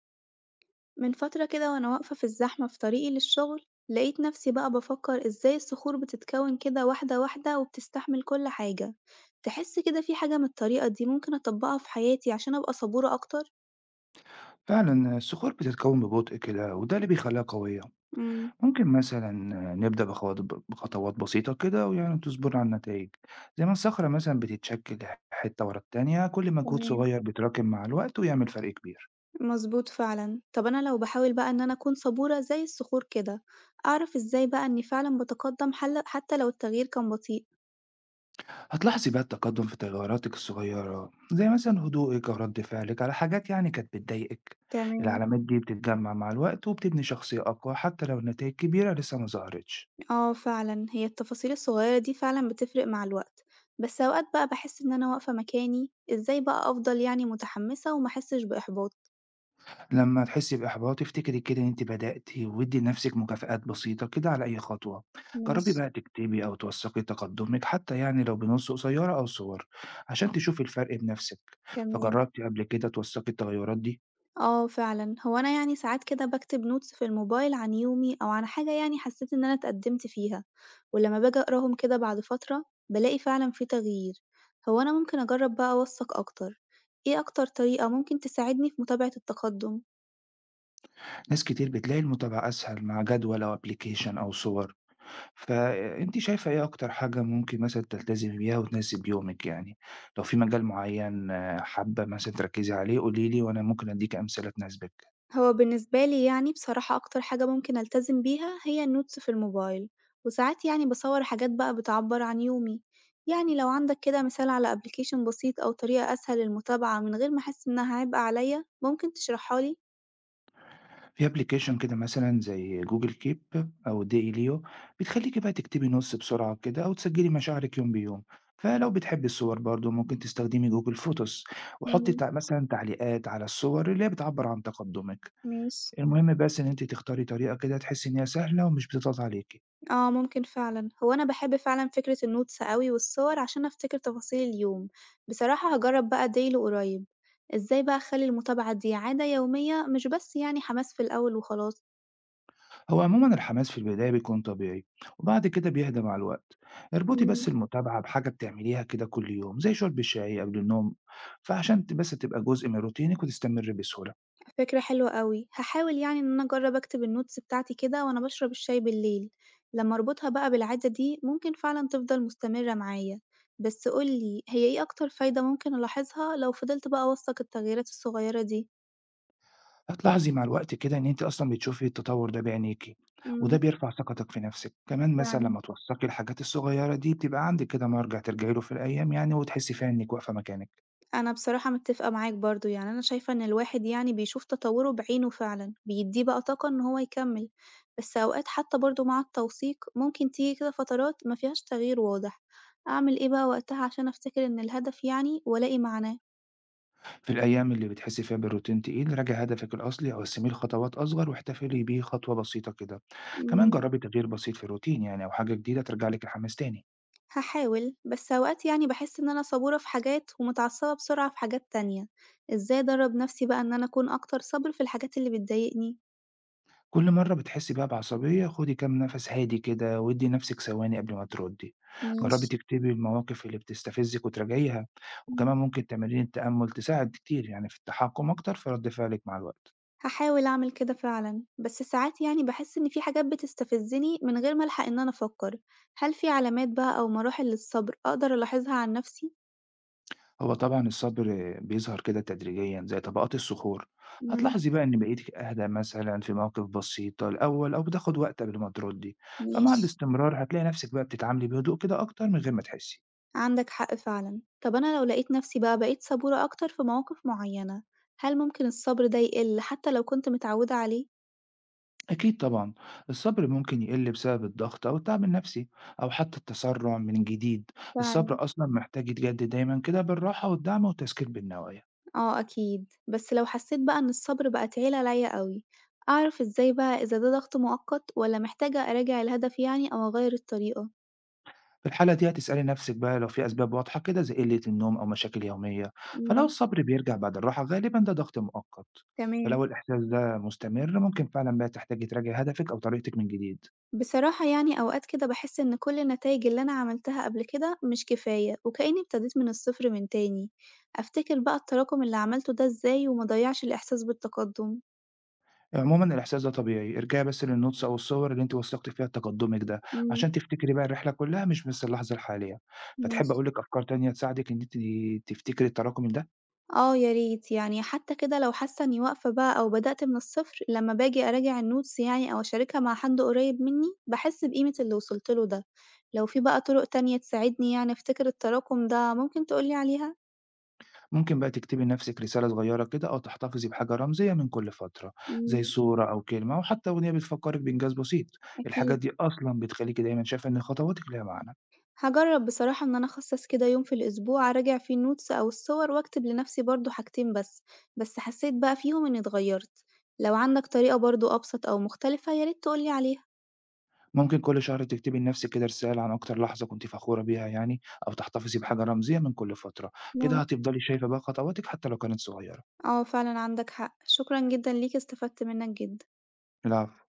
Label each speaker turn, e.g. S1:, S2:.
S1: من فترة كده وأنا واقفة في الزحمة في طريقي للشغل لقيت نفسي بقى بفكر إزاي الصخور بتتكون كده واحدة واحدة وبتستحمل كل حاجة. تحس كده في حاجة من الطريقة دي ممكن أطبقها في حياتي عشان أبقى صبورة أكتر؟
S2: فعلا الصخور بتتكون ببطء كده وده اللي بيخليها قوية.
S1: مم.
S2: ممكن مثلا نبدأ بخوات- بخطوات بسيطة كده ويعني تصبر على النتائج، زي ما الصخرة مثلا بتتشكل حتة ورا التانية، كل مجهود
S1: تمام،
S2: صغير بيتراكم مع الوقت ويعمل فرق كبير.
S1: مظبوط فعلا. طب أنا لو بحاول بقى إن أنا أكون صبورة زي الصخور كده، أعرف إزاي بقى إني فعلا بتقدم حل حتى لو التغيير كان بطيء؟
S2: هتلاحظي بقى التقدم في تغيراتك الصغيرة، زي مثلا هدوءك أو رد فعلك على حاجات يعني كانت بتضايقك.
S1: تمام.
S2: العلامات دي بتتجمع مع الوقت وبتبني شخصية أقوى حتى لو النتائج كبيرة لسه ما ظهرتش.
S1: آه فعلًا، هي التفاصيل الصغيرة دي فعلًا بتفرق مع الوقت، بس أوقات بقى باحس إن أنا واقفة مكاني، إزاي بقى أفضل يعني متحمسة وما أحسش بإحباط؟
S2: لما تحسي بإحباط افتكري كده إن أنت بدأتِ، وادّي لنفسِك مكافآت بسيطة كده على أي خطوة، جرّبي
S1: ماشي،
S2: بقى تكتبي أو توثقي تقدمِك حتى يعني لو بنُص قصيرة أو صور، عشان تشوفي الفرق بنفسِك.
S1: تمام،
S2: فجرّبتِ قبل كده توثقي التغيرات دي؟
S1: آه فعلًا، هو أنا يعني ساعات كده باكتب notes في الموبايل عن يومي أو عن حاجة يعني حسيت إن أنا اتقدمت فيها، ولما باجي أقراهم كده بعد فترة بالاقي فعلًا في تغيير، هو أنا ممكن أجرب بقى أوثق أكتر، إيه أكتر طريقة ممكن تساعدني في متابعة التقدم؟
S2: ناس كتير بتلاقي المتابعة أسهل مع جدول أو application أو صور، فأنتِ شايفة إيه أكتر حاجة ممكن مثلًا تلتزمي بيها وتناسب يومِك يعني؟ لو في مجال معيّن آه، حابة مثلًا تركّزي عليه قولي لي وأنا ممكن أدّيكِ أمثلة تناسبِك.
S1: هو بالنسبة لي يعني بصراحة أكتر حاجة ممكن ألتزم بيها هي النوتس في الموبايل، وساعات يعني باصور حاجات بقى بتعبر عن يومي، يعني لو عندك كده مثال على أبلكيشن بسيط أو طريقة أسهل للمتابعة من غير ما أحس إنها عبء عليا ممكن تشرحها لي؟
S2: في أبلكيشن كده مثلًا زي Google Keep أو Dailyo، بتخلّيكِ بقى تكتبي نُص بسرعة كده أو تسجّلي مشاعرِك يوم بيوم، فلو بتحبي الصور برضه ممكن تستخدمي Google Photos وحُطّي
S1: امم،
S2: تع مثلًا تعليقات على الصور اللي هي بتعبّر عن تقدُّمِك.
S1: ماشي.
S2: المهم بس إن أنتِ تختاري طريقة كده تحسّي إن هي سهلة ومش بتضغط عليكِ.
S1: اه، ممكن فعلا، هو أنا بحب فعلا فكرة النوتس أوي والصور عشان أفتكر تفاصيل اليوم، بصراحة هجرب بقى ديلي قريب، ازاي بقى أخلي المتابعة دي عادة يومية مش بس يعني حماس في الأول وخلاص؟
S2: هو عمومًا الحماس في البداية بيكون طبيعي وبعد كده بيهدى مع الوقت، اربطي بس
S1: مم.
S2: المتابعة بحاجة بتعمليها كده كل يوم زي شُرب الشاي قبل النوم، فعشان بس تبقى جزء من روتينِك وتستمرّي بسهولة.
S1: فكرة حلوة أوي، هاحاول يعني إن أنا أجرّب أكتب الnotes بتاعتي كده وأنا باشرب الشاي بالليل، لمّا أربطها بقى بالعادة دي ممكن فعلًا تفضل مستمرة معايا، بس قُل لي هي إيه أكتر فايدة ممكن ألاحظها لو فضلت بقى أوثّق التغييرات الصغيرة دي؟
S2: هتلاحظي مع الوقت كده إن أنتِ أصلًا بتشوفي التطور ده بعينيكِ، وده
S1: إمم،
S2: بيرفع ثقتِك في نفسِك، كمان مثلًا
S1: فعلًا.
S2: لمّا توثقي الحاجات الصغيرة دي بتبقى عندِك كده مرجع ترجعي له في الأيام يعني وتحسي فيها إنِك واقفة مكانِك.
S1: أنا بصراحة متفقة معاك برضه، يعني أنا شايفة إن الواحد يعني بيشوف تطوّره بعينه فعلًا، بيدّيه بقى طاقة إن هو يكمّل، بس أوقات حتى برضه مع التوثيق ممكن تيجي كده فترات ما فيهاش تغيير واضح، أعمل إيه بقى وقتها عشان أفتكر إن الهدف يعني وألاقي معناه؟
S2: في الأيام اللي بتحسي فيها بالروتين تقيل راجعي هدفِك الأصلي أو قسميه لخطوات أصغر واحتفلي بيه خطوة بسيطة كده، كمان
S1: إمم،
S2: جربي تغيير بسيط في الروتين يعني أو حاجة جديدة ترجع لِك الحماس تاني.
S1: هاحاول، بس أوقات يعني باحس إن أنا صبورة في حاجات ومتعصبة بسرعة في حاجات تانية، إزاي أدرّب نفسي بقى إن أنا أكون أكتر صبر في الحاجات اللي بتضايقني؟
S2: كل مرة بتحسي بقى بعصبية خدي كام نفس هادي كده وادي نفسك ثواني قبل ما تردي،
S1: ماشي،
S2: جربي تكتبي المواقف اللي بتستفزك وتراجعيها،
S1: إمم.
S2: وكمان ممكن تمارين التأمل تساعد كتير يعني في التحكم أكتر في رد فعلك مع الوقت.
S1: هاحاول أعمل كده فعلًا، بس ساعات يعني باحس إن في حاجات بتستفزني من غير ما ألحق إن أنا أفكر، هل في علامات بقى أو مراحل للصبر أقدر ألاحظها عن نفسي؟
S2: هو طبعا الصبر بيظهر كده تدريجيا زي طبقات الصخور،
S1: إمم،
S2: هتلاحظي بقى إن بقيتك أهدى مثلا في مواقف بسيطة الأول أو بتاخد وقت قبل ما تردي، فمع
S1: ماشي،
S2: الاستمرار هتلاقي نفسك بقى بتتعاملي بهدوء كده أكتر من غير ما تحسي.
S1: عندك حق فعلًا. طب أنا لو لقيت نفسي بقى بقيت صبورة أكتر في مواقف معينة، هل ممكن الصبر ده يقل حتى لو كنت متعودة عليه؟
S2: أكيد طبعًا، الصبر ممكن يقل بسبب الضغط أو التعب النفسي أو حتى التسرع من جديد،
S1: فعلًا،
S2: الصبر أصلًا محتاج يتجدد دايمًا كده بالراحة والدعم والتذكير بالنوايا.
S1: آه أكيد، بس لو حسيت بقى إن الصبر بقى تقيل عليَّ أوي، أعرف إزاي بقى إذا ده ضغط مؤقت والّا محتاجة أراجع الهدف يعني أو أغير الطريقة؟
S2: في الحالة دي هتسألي نفسِك بقى لو في أسباب واضحة كده زي قلة النوم أو مشاكل يومية، فلو
S1: إمم،
S2: الصبر بيرجع بعد الراحة غالبًا ده ضغط مؤقت،
S1: تمام.
S2: فلو الإحساس ده مستمر ممكن فعلًا بقى تحتاجي تراجعي هدفِك أو طريقتِك من جديد.
S1: بصراحة يعني أوقات كده باحس إن كل النتايج اللي أنا عملتها قبل كده مش كفاية وكأني ابتديت من الصفر من تاني، أفتكر بقى التراكم اللي عملته ده إزاي وما أضيّعش الإحساس بالتقدم؟
S2: عمومًا الإحساس ده طبيعي، ارجعي بس للnotes أو الصور اللي أنتِ وثّقتِ فيها تقدُّمِك ده،
S1: إمم،
S2: عشان تفتكري بقى الرحلة كلّها مش بس اللحظة الحالية. فتحبّي
S1: ماشي.
S2: أقول لِك أفكار تانية تساعدِك إن أنتِ تفتكري التراكم ده؟
S1: آه يا ريت، يعني حتى كده لو حاسة إني واقفة بقى أو بدأت من الصفر لمّا باجي أراجع الnotes يعني أو أشاركها مع حد قريب مني، باحس بقيمة اللي وصلت له ده. لو في بقى طرق تانية تساعدني يعني أفتكر التراكم ده ممكن تقول لي عليها؟
S2: ممكن بقى تكتبي لنَفْسِك رسالة صغيّرة كده أو تحتفظي بحاجة رمزية من كل فترة، زي
S1: إمم،
S2: صورة أو كلمة أو حتى أغنية بتفكّرِك بإنجاز بسيط، الحاجات
S1: أكيد.
S2: دي أصلًا بتخلّيكِ دايمًا شايفة إن خطواتِك ليها معنى.
S1: هاجرّب بصراحة إن أنا أخصّص كده يوم في الأسبوع أراجع فيه الnotes أو الصور وأكتب لنفْسي برضه حاجتين بس، بس حسّيت بقى فيهم إنّي اتغيّرت، لو عندك طريقة برضه أبسط أو مختلفة يا ريت تقول لي عليها.
S2: ممكن كل شهر تكتبي لنَفْسِك كده رسالة عن أكتر لحظة كنتِ فخورة بيها يعني أو تحتفظي بحاجة رمزية من كل فترة، كده
S1: ممكن،
S2: هتفضلي شايفة بقى خطواتِك حتى لو كانت صغيّرة.
S1: آه فعلًا عندك حق، شكرًا جدًا ليك استفدت منّك جدًا.
S2: العفو.